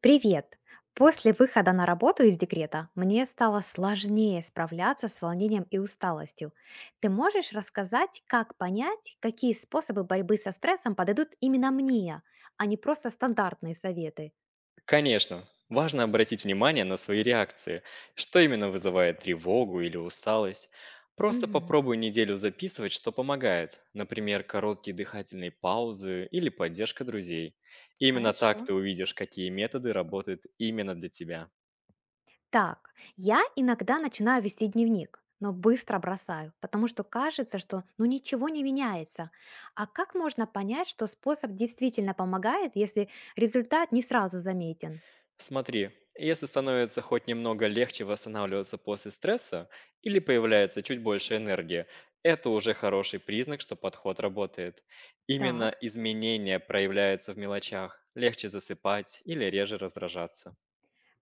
Привет! После выхода на работу из декрета мне стало сложнее справляться с волнением и усталостью. Ты можешь рассказать, как понять, какие способы борьбы со стрессом подойдут именно мне, а не просто стандартные советы? Конечно, важно обратить внимание на свои реакции, что именно вызывает тревогу или усталость. Просто Мгм. попробуй неделю записывать, что помогает, например, короткие дыхательные паузы или поддержка друзей. Именно так Хорошо. ты увидишь, какие методы работают именно для тебя. Так, я иногда начинаю вести дневник, но быстро бросаю, потому что кажется, что ну ничего не меняется. А как можно понять, что способ действительно помогает, если результат не сразу заметен? Смотри, если становится хоть немного легче восстанавливаться после стресса или появляется чуть больше энергии, это уже хороший признак, что подход работает. Именно Так. изменения проявляются в мелочах, легче засыпать или реже раздражаться.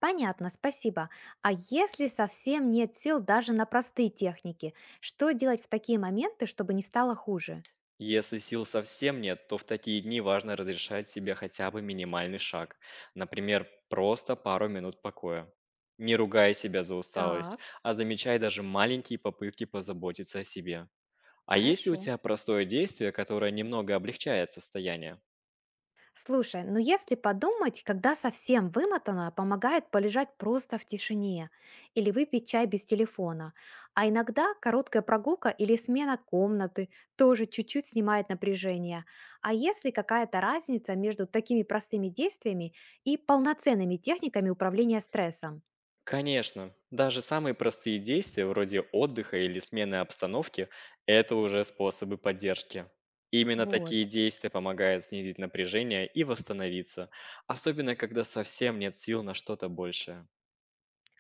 Понятно, спасибо. А если совсем нет сил даже на простые техники, что делать в такие моменты, чтобы не стало хуже? Если сил совсем нет, то в такие дни важно разрешать себе хотя бы минимальный шаг, например, просто пару минут покоя. Не ругай себя за усталость, Так, а замечай даже маленькие попытки позаботиться о себе. А есть ли у хорошо. тебя простое действие, которое немного облегчает состояние? Слушай, ну если подумать, когда совсем вымотана, помогает полежать просто в тишине или выпить чай без телефона. А иногда короткая прогулка или смена комнаты тоже чуть-чуть снимает напряжение. А если какая-то разница между такими простыми действиями и полноценными техниками управления стрессом? Конечно, даже самые простые действия вроде отдыха или смены обстановки — это уже способы поддержки. Именно Вот. такие действия помогают снизить напряжение и восстановиться, особенно когда совсем нет сил на что-то большее.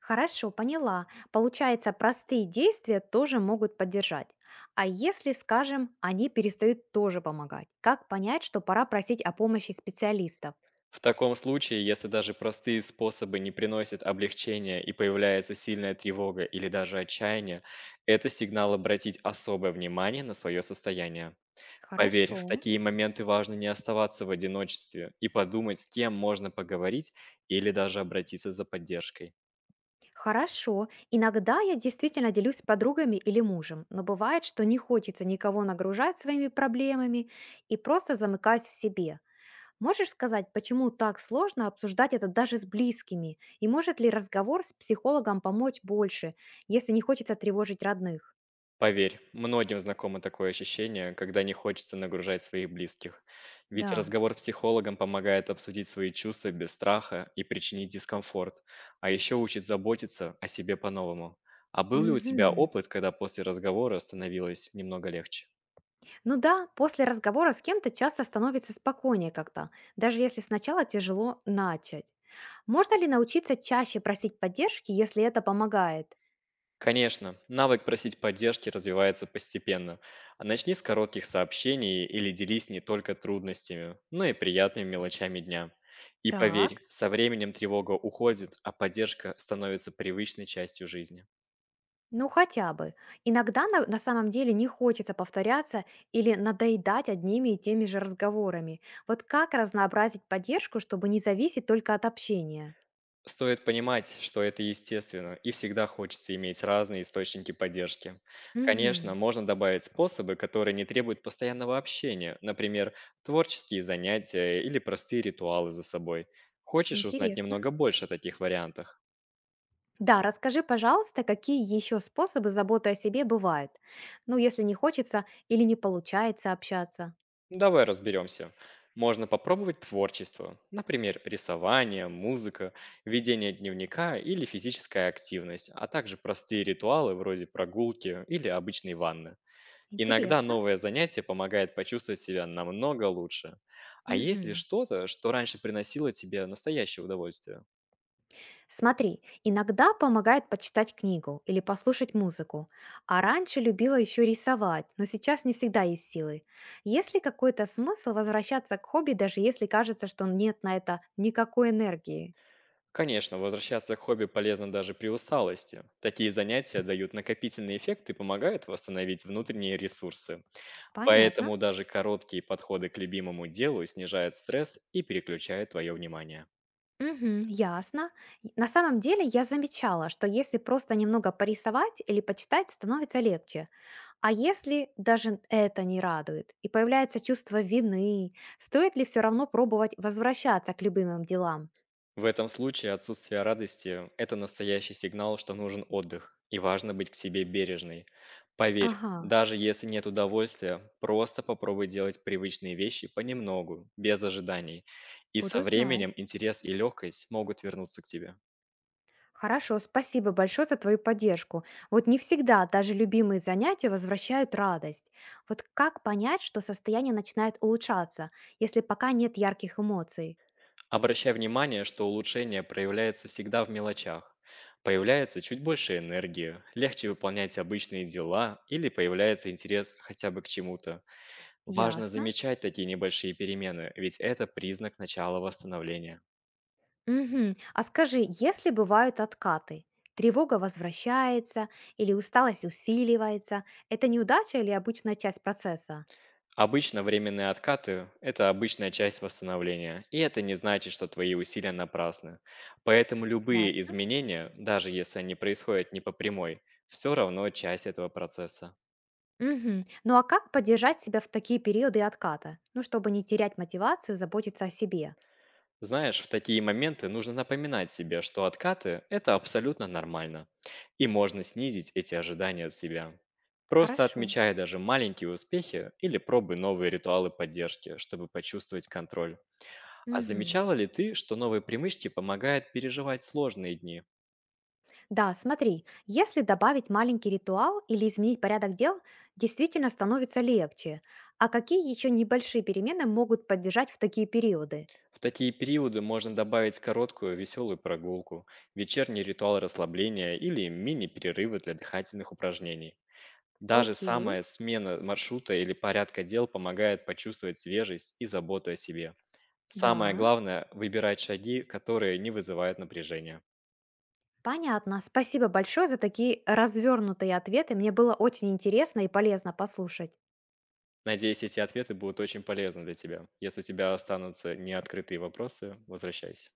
Хорошо, поняла. Получается, простые действия тоже могут поддержать. А если, скажем, они перестают тоже помогать, как понять, что пора просить о помощи специалистов? В таком случае, если даже простые способы не приносят облегчения и появляется сильная тревога или даже отчаяние, это сигнал обратить особое внимание на свое состояние. Поверь, Хорошо. в такие моменты важно не оставаться в одиночестве и подумать, с кем можно поговорить или даже обратиться за поддержкой. Хорошо. Иногда я действительно делюсь с подругами или мужем, но бывает, что не хочется никого нагружать своими проблемами и просто замыкаюсь в себе. Можешь сказать, почему так сложно обсуждать это даже с близкими? И может ли разговор с психологом помочь больше, если не хочется тревожить родных? Поверь, многим знакомо такое ощущение, когда не хочется нагружать своих близких. Ведь Да. разговор с психологом помогает обсудить свои чувства без страха и причинить дискомфорт, а еще учит заботиться о себе по-новому. А был ли у тебя Мгм. опыт, когда после разговора становилось немного легче? Ну да, после разговора с кем-то часто становится спокойнее как-то, даже если сначала тяжело начать. Можно ли научиться чаще просить поддержки, если это помогает? Конечно, навык просить поддержки развивается постепенно. А начни с коротких сообщений или делись не только трудностями, но и приятными мелочами дня. И Так, поверь, со временем тревога уходит, а поддержка становится привычной частью жизни. ну хотя бы. Иногда на самом деле не хочется повторяться или надоедать одними и теми же разговорами. Вот как разнообразить поддержку, чтобы не зависеть только от общения? Стоит понимать, что это естественно, и всегда хочется иметь разные источники поддержки. Мгм. Конечно, можно добавить способы, которые не требуют постоянного общения, например, творческие занятия или простые ритуалы за собой. Хочешь узнать Интересно. немного больше о таких вариантах? Да, расскажи, пожалуйста, какие еще способы заботы о себе бывают? Ну, если не хочется или не получается общаться. Ну, давай разберемся. Можно попробовать творчество, например, рисование, музыка, ведение дневника или физическая активность, а также простые ритуалы вроде прогулки или обычной ванны. Иногда Интересно. новое занятие помогает почувствовать себя намного лучше. А есть ли Мгм. что-то, что раньше приносило тебе настоящее удовольствие? Смотри, иногда помогает почитать книгу или послушать музыку. А раньше любила еще рисовать, но сейчас не всегда есть силы. Есть ли какой-то смысл возвращаться к хобби, даже если кажется, что нет на это никакой энергии? Конечно, возвращаться к хобби полезно даже при усталости. Такие занятия дают накопительный эффект и помогают восстановить внутренние ресурсы. Понятно. Поэтому даже короткие подходы к любимому делу снижают стресс и переключают твое внимание. Мгм. Ясно. И на самом деле я замечала, что если просто немного порисовать или почитать, становится легче. А если даже это не радует и появляется чувство вины, стоит ли все равно пробовать возвращаться к любимым делам? В этом случае отсутствие радости — это настоящий сигнал, что нужен отдых, и важно быть к себе бережной. Поверь, Ага, даже если нет удовольствия, просто попробуй делать привычные вещи понемногу, без ожиданий. И со буду временем знать. интерес и легкость могут вернуться к тебе. Хорошо, спасибо большое за твою поддержку. Вот не всегда даже любимые занятия возвращают радость. Вот как понять, что состояние начинает улучшаться, если пока нет ярких эмоций? Обращай внимание, что улучшение проявляется всегда в мелочах. Появляется чуть больше энергии, легче выполнять обычные дела или появляется интерес хотя бы к чему-то. Важно Ясно. замечать такие небольшие перемены, ведь это признак начала восстановления. Мгм. А скажи, если бывают откаты, тревога возвращается или усталость усиливается, это неудача или обычная часть процесса? Обычно временные откаты — это обычная часть восстановления, и это не значит, что твои усилия напрасны. Поэтому любые Ясно. изменения, даже если они происходят не по прямой, все равно часть этого процесса. Мгм. Ну а как поддержать себя в такие периоды отката? Ну, чтобы не терять мотивацию, заботиться о себе. Знаешь, в такие моменты нужно напоминать себе, что откаты — это абсолютно нормально, и можно снизить эти ожидания от себя. Просто Хорошо. отмечая даже маленькие успехи или пробуй новые ритуалы поддержки, чтобы почувствовать контроль. А Мгм. замечала ли ты, что новые привычки помогают переживать сложные дни? Да, смотри, если добавить маленький ритуал или изменить порядок дел, действительно становится легче. А какие еще небольшие перемены могут поддержать в такие периоды? В такие периоды можно добавить короткую веселую прогулку, вечерний ритуал расслабления или мини-перерывы для дыхательных упражнений. Даже Окей, самая смена маршрута или порядка дел помогает почувствовать свежесть и заботу о себе. Самое да. главное — выбирать шаги, которые не вызывают напряжения. Понятно. Спасибо большое за такие развернутые ответы. Мне было очень интересно и полезно послушать. Надеюсь, эти ответы будут очень полезны для тебя. Если у тебя останутся неоткрытые вопросы, возвращайся.